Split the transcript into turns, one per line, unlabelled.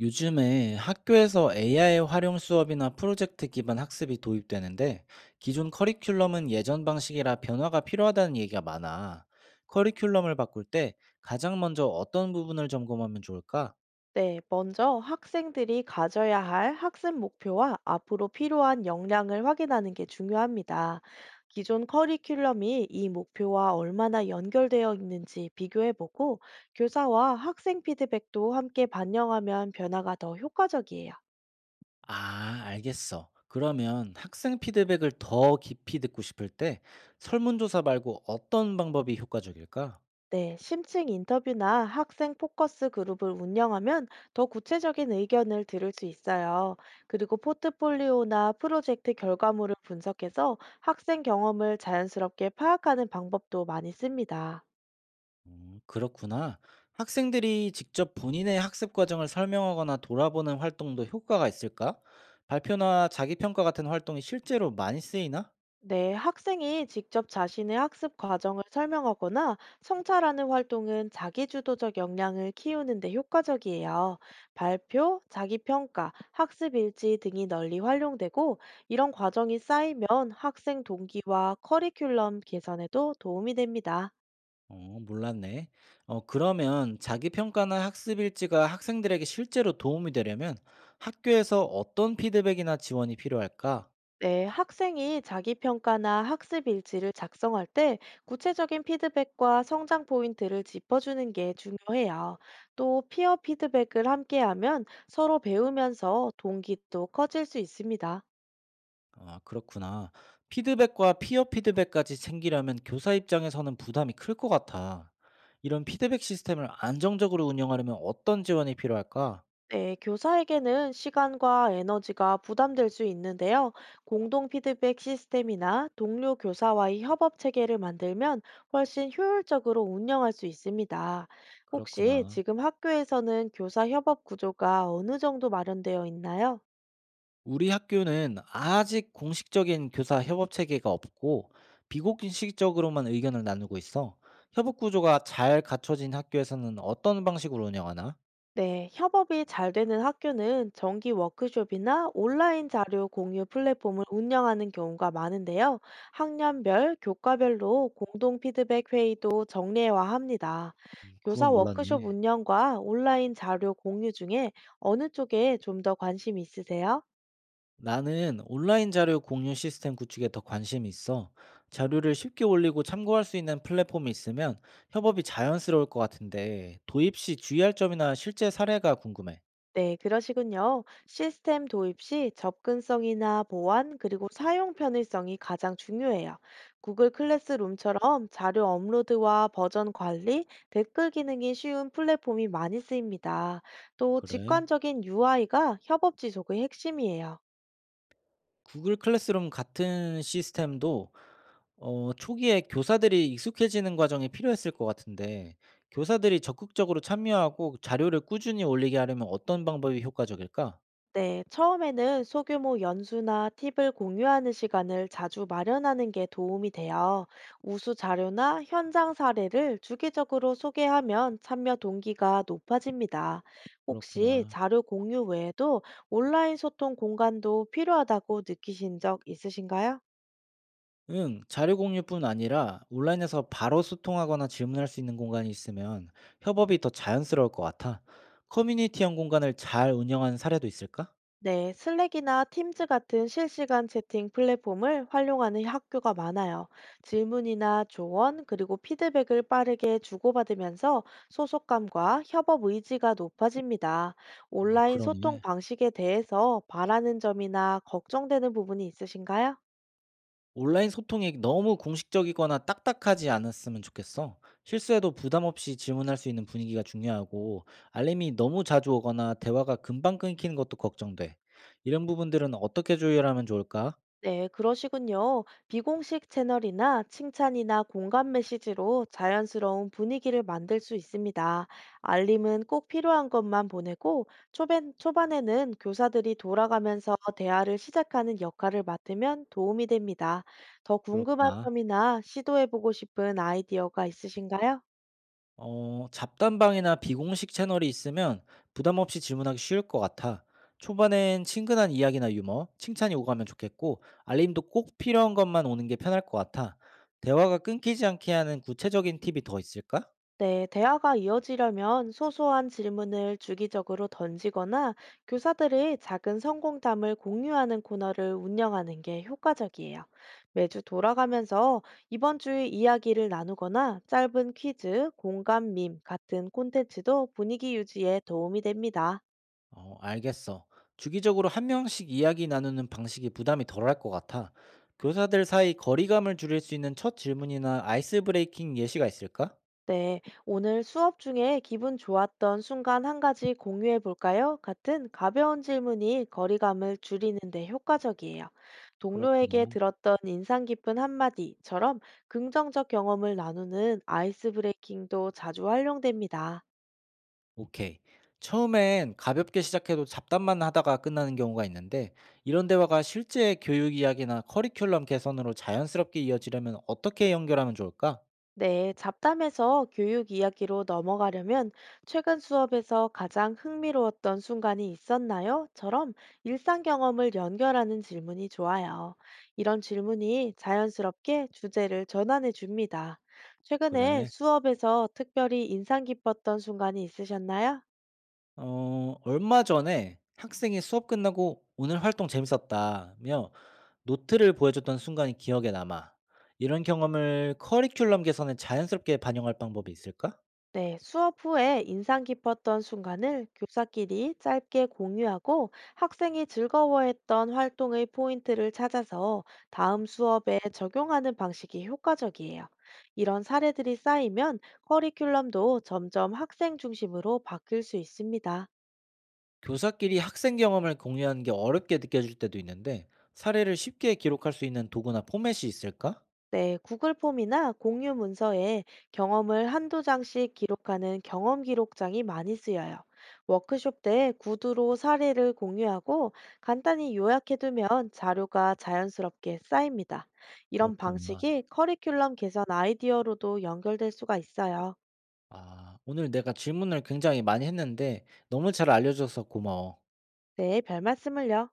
요즘에 학교에서 AI 활용 수업이나 프로젝트 기반 학습이 도입되는데 기존 커리큘럼은 예전 방식이라 변화가 필요하다는 얘기가 많아. 커리큘럼을 바꿀 때 가장 먼저 어떤 부분을 점검하면 좋을까?
네, 먼저 학생들이 가져야 할 학습 목표와 앞으로 필요한 역량을 확인하는 게 중요합니다. 기존 커리큘럼이 이 목표와 얼마나 연결되어 있는지 비교해보고 교사와 학생 피드백도 함께 반영하면 변화가 더 효과적이에요.
아, 알겠어. 그러면 학생 피드백을 더 깊이 듣고 싶을 때 설문조사 말고 어떤 방법이 효과적일까?
네, 심층 인터뷰나 학생 포커스 그룹을 운영하면 더 구체적인 의견을 들을 수 있어요. 그리고 포트폴리오나 프로젝트 결과물을 분석해서 학생 경험을 자연스럽게 파악하는 방법도 많이 씁니다.
그렇구나. 학생들이 직접 본인의 학습 과정을 설명하거나 돌아보는 활동도 효과가 있을까? 발표나 자기평가 같은 활동이 실제로 많이 쓰이나?
네, 학생이 직접 자신의 학습 과정을 설명하거나 성찰하는 활동은 자기주도적 역량을 키우는 데 효과적이에요. 발표, 자기평가, 학습 일지 등이 널리 활용되고 이런 과정이 쌓이면 학생 동기와 커리큘럼 개선에도 도움이 됩니다.
어, 몰랐네. 그러면 자기평가나 학습 일지가 학생들에게 실제로 도움이 되려면 학교에서 어떤 피드백이나 지원이 필요할까?
네, 학생이 자기 평가나 학습 일지를 작성할 때 구체적인 피드백과 성장 포인트를 짚어주는 게 중요해요. 또 피어 피드백을 함께하면 서로 배우면서 동기도 커질 수 있습니다.
아, 그렇구나. 피드백과 피어 피드백까지 챙기려면 교사 입장에서는 부담이 클 것 같아. 이런 피드백 시스템을 안정적으로 운영하려면 어떤 지원이 필요할까?
네, 교사에게는 시간과 에너지가 부담될 수 있는데요. 공동 피드백 시스템이나 동료 교사와의 협업 체계를 만들면 훨씬 효율적으로 운영할 수 있습니다. 혹시
그렇구나.
지금 학교에서는 교사 협업 구조가 어느 정도 마련되어 있나요?
우리 학교는 아직 공식적인 교사 협업 체계가 없고 비공식적으로만 의견을 나누고 있어. 협업 구조가 잘 갖춰진 학교에서는 어떤 방식으로 운영하나?
네, 협업이 잘 되는 학교는 정기 워크숍이나 온라인 자료 공유 플랫폼을 운영하는 경우가 많은데요. 학년별, 교과별로 공동 피드백 회의도 정례화합니다. 교사
그건
워크숍
몰랐네.
운영과 온라인 자료 공유 중에 어느 쪽에 좀 더 관심 있으세요?
나는 온라인 자료 공유 시스템 구축에 더 관심이 있어. 자료를 쉽게 올리고 참고할 수 있는 플랫폼이 있으면 협업이 자연스러울 것 같은데 도입 시 주의할 점이나 실제 사례가 궁금해.
네, 그러시군요. 시스템 도입 시 접근성이나 보안, 그리고 사용 편의성이 가장 중요해요. 구글 클래스룸처럼 자료 업로드와 버전 관리, 댓글 기능이 쉬운 플랫폼이 많이 쓰입니다. 또
그래.
직관적인 UI가 협업 지속의 핵심이에요.
구글 클래스룸 같은 시스템도 초기에 교사들이 익숙해지는 과정이 필요했을 것 같은데 교사들이 적극적으로 참여하고 자료를 꾸준히 올리게 하려면 어떤 방법이 효과적일까?
네, 처음에는 소규모 연수나 팁을 공유하는 시간을 자주 마련하는 게 도움이 돼요. 우수 자료나 현장 사례를 주기적으로 소개하면 참여 동기가 높아집니다. 혹시
그렇구나.
자료 공유 외에도 온라인 소통 공간도 필요하다고 느끼신 적 있으신가요?
응, 자료 공유뿐 아니라 온라인에서 바로 소통하거나 질문할 수 있는 공간이 있으면 협업이 더 자연스러울 것 같아. 커뮤니티형 공간을 잘 운영하는 사례도 있을까?
네, 슬랙이나 팀즈 같은 실시간 채팅 플랫폼을 활용하는 학교가 많아요. 질문이나 조언, 그리고 피드백을 빠르게 주고받으면서 소속감과 협업 의지가 높아집니다.
아,
온라인 소통
그러네.
방식에 대해서 바라는 점이나 걱정되는 부분이 있으신가요?
온라인 소통이 너무 공식적이거나 딱딱하지 않았으면 좋겠어. 실수해도 부담 없이 질문할 수 있는 분위기가 중요하고, 알림이 너무 자주 오거나 대화가 금방 끊기는 것도 걱정돼. 이런 부분들은 어떻게 조율하면 좋을까?
네, 그러시군요. 비공식 채널이나 칭찬이나 공감 메시지로 자연스러운 분위기를 만들 수 있습니다. 알림은 꼭 필요한 것만 보내고, 초반에는 교사들이 돌아가면서 대화를 시작하는 역할을 맡으면 도움이 됩니다. 더 궁금한
그렇구나.
점이나 시도해보고 싶은 아이디어가 있으신가요?
잡담방이나 비공식 채널이 있으면 부담 없이 질문하기 쉬울 것 같아. 초반엔 친근한 이야기나 유머, 칭찬이 오가면 좋겠고, 알림도 꼭 필요한 것만 오는 게 편할 것 같아. 대화가 끊기지 않게 하는 구체적인 팁이 더 있을까?
네, 대화가 이어지려면 소소한 질문을 주기적으로 던지거나 교사들이 작은 성공담을 공유하는 코너를 운영하는 게 효과적이에요. 매주 돌아가면서 이번 주의 이야기를 나누거나 짧은 퀴즈, 공감 밈 같은 콘텐츠도 분위기 유지에 도움이 됩니다.
어, 알겠어. 주기적으로 한 명씩 이야기 나누는 방식이 부담이 덜할 것 같아. 교사들 사이 거리감을 줄일 수 있는 첫 질문이나 아이스 브레이킹 예시가 있을까?
네, 오늘 수업 중에 기분 좋았던 순간 한 가지 공유해 볼까요? 같은 가벼운 질문이 거리감을 줄이는데 효과적이에요. 동료에게
그렇구나.
들었던 인상 깊은 한마디처럼 긍정적 경험을 나누는 아이스 브레이킹도 자주 활용됩니다.
오케이. 처음엔 가볍게 시작해도 잡담만 하다가 끝나는 경우가 있는데, 이런 대화가 실제 교육 이야기나 커리큘럼 개선으로 자연스럽게 이어지려면 어떻게 연결하면 좋을까?
네, 잡담에서 교육 이야기로 넘어가려면 최근 수업에서 가장 흥미로웠던 순간이 있었나요? 처럼 일상 경험을 연결하는 질문이 좋아요. 이런 질문이 자연스럽게 주제를 전환해 줍니다. 최근에
그래.
수업에서 특별히 인상 깊었던 순간이 있으셨나요?
얼마 전에 학생이 수업 끝나고 "오늘 활동 재밌었다."며 노트를 보여줬던 순간이 기억에 남아. 이런 경험을 커리큘럼 개선에 자연스럽게 반영할 방법이 있을까?
네, 수업 후에 인상 깊었던 순간을 교사끼리 짧게 공유하고 학생이 즐거워했던 활동의 포인트를 찾아서 다음 수업에 적용하는 방식이 효과적이에요. 이런 사례들이 쌓이면 커리큘럼도 점점 학생 중심으로 바뀔 수 있습니다.
교사끼리 학생 경험을 공유하는 게 어렵게 느껴질 때도 있는데 사례를 쉽게 기록할 수 있는 도구나 포맷이 있을까?
네, 구글 폼이나 공유 문서에 경험을 한두 장씩 기록하는 경험 기록장이 많이 쓰여요. 워크숍 때 구두로 사례를 공유하고 간단히 요약해두면 자료가 자연스럽게 쌓입니다. 이런
그렇구나.
방식이 커리큘럼 개선 아이디어로도 연결될 수가 있어요.
아 오늘 내가 질문을 굉장히 많이 했는데 너무 잘 알려줘서 고마워.
네, 별 말씀을요.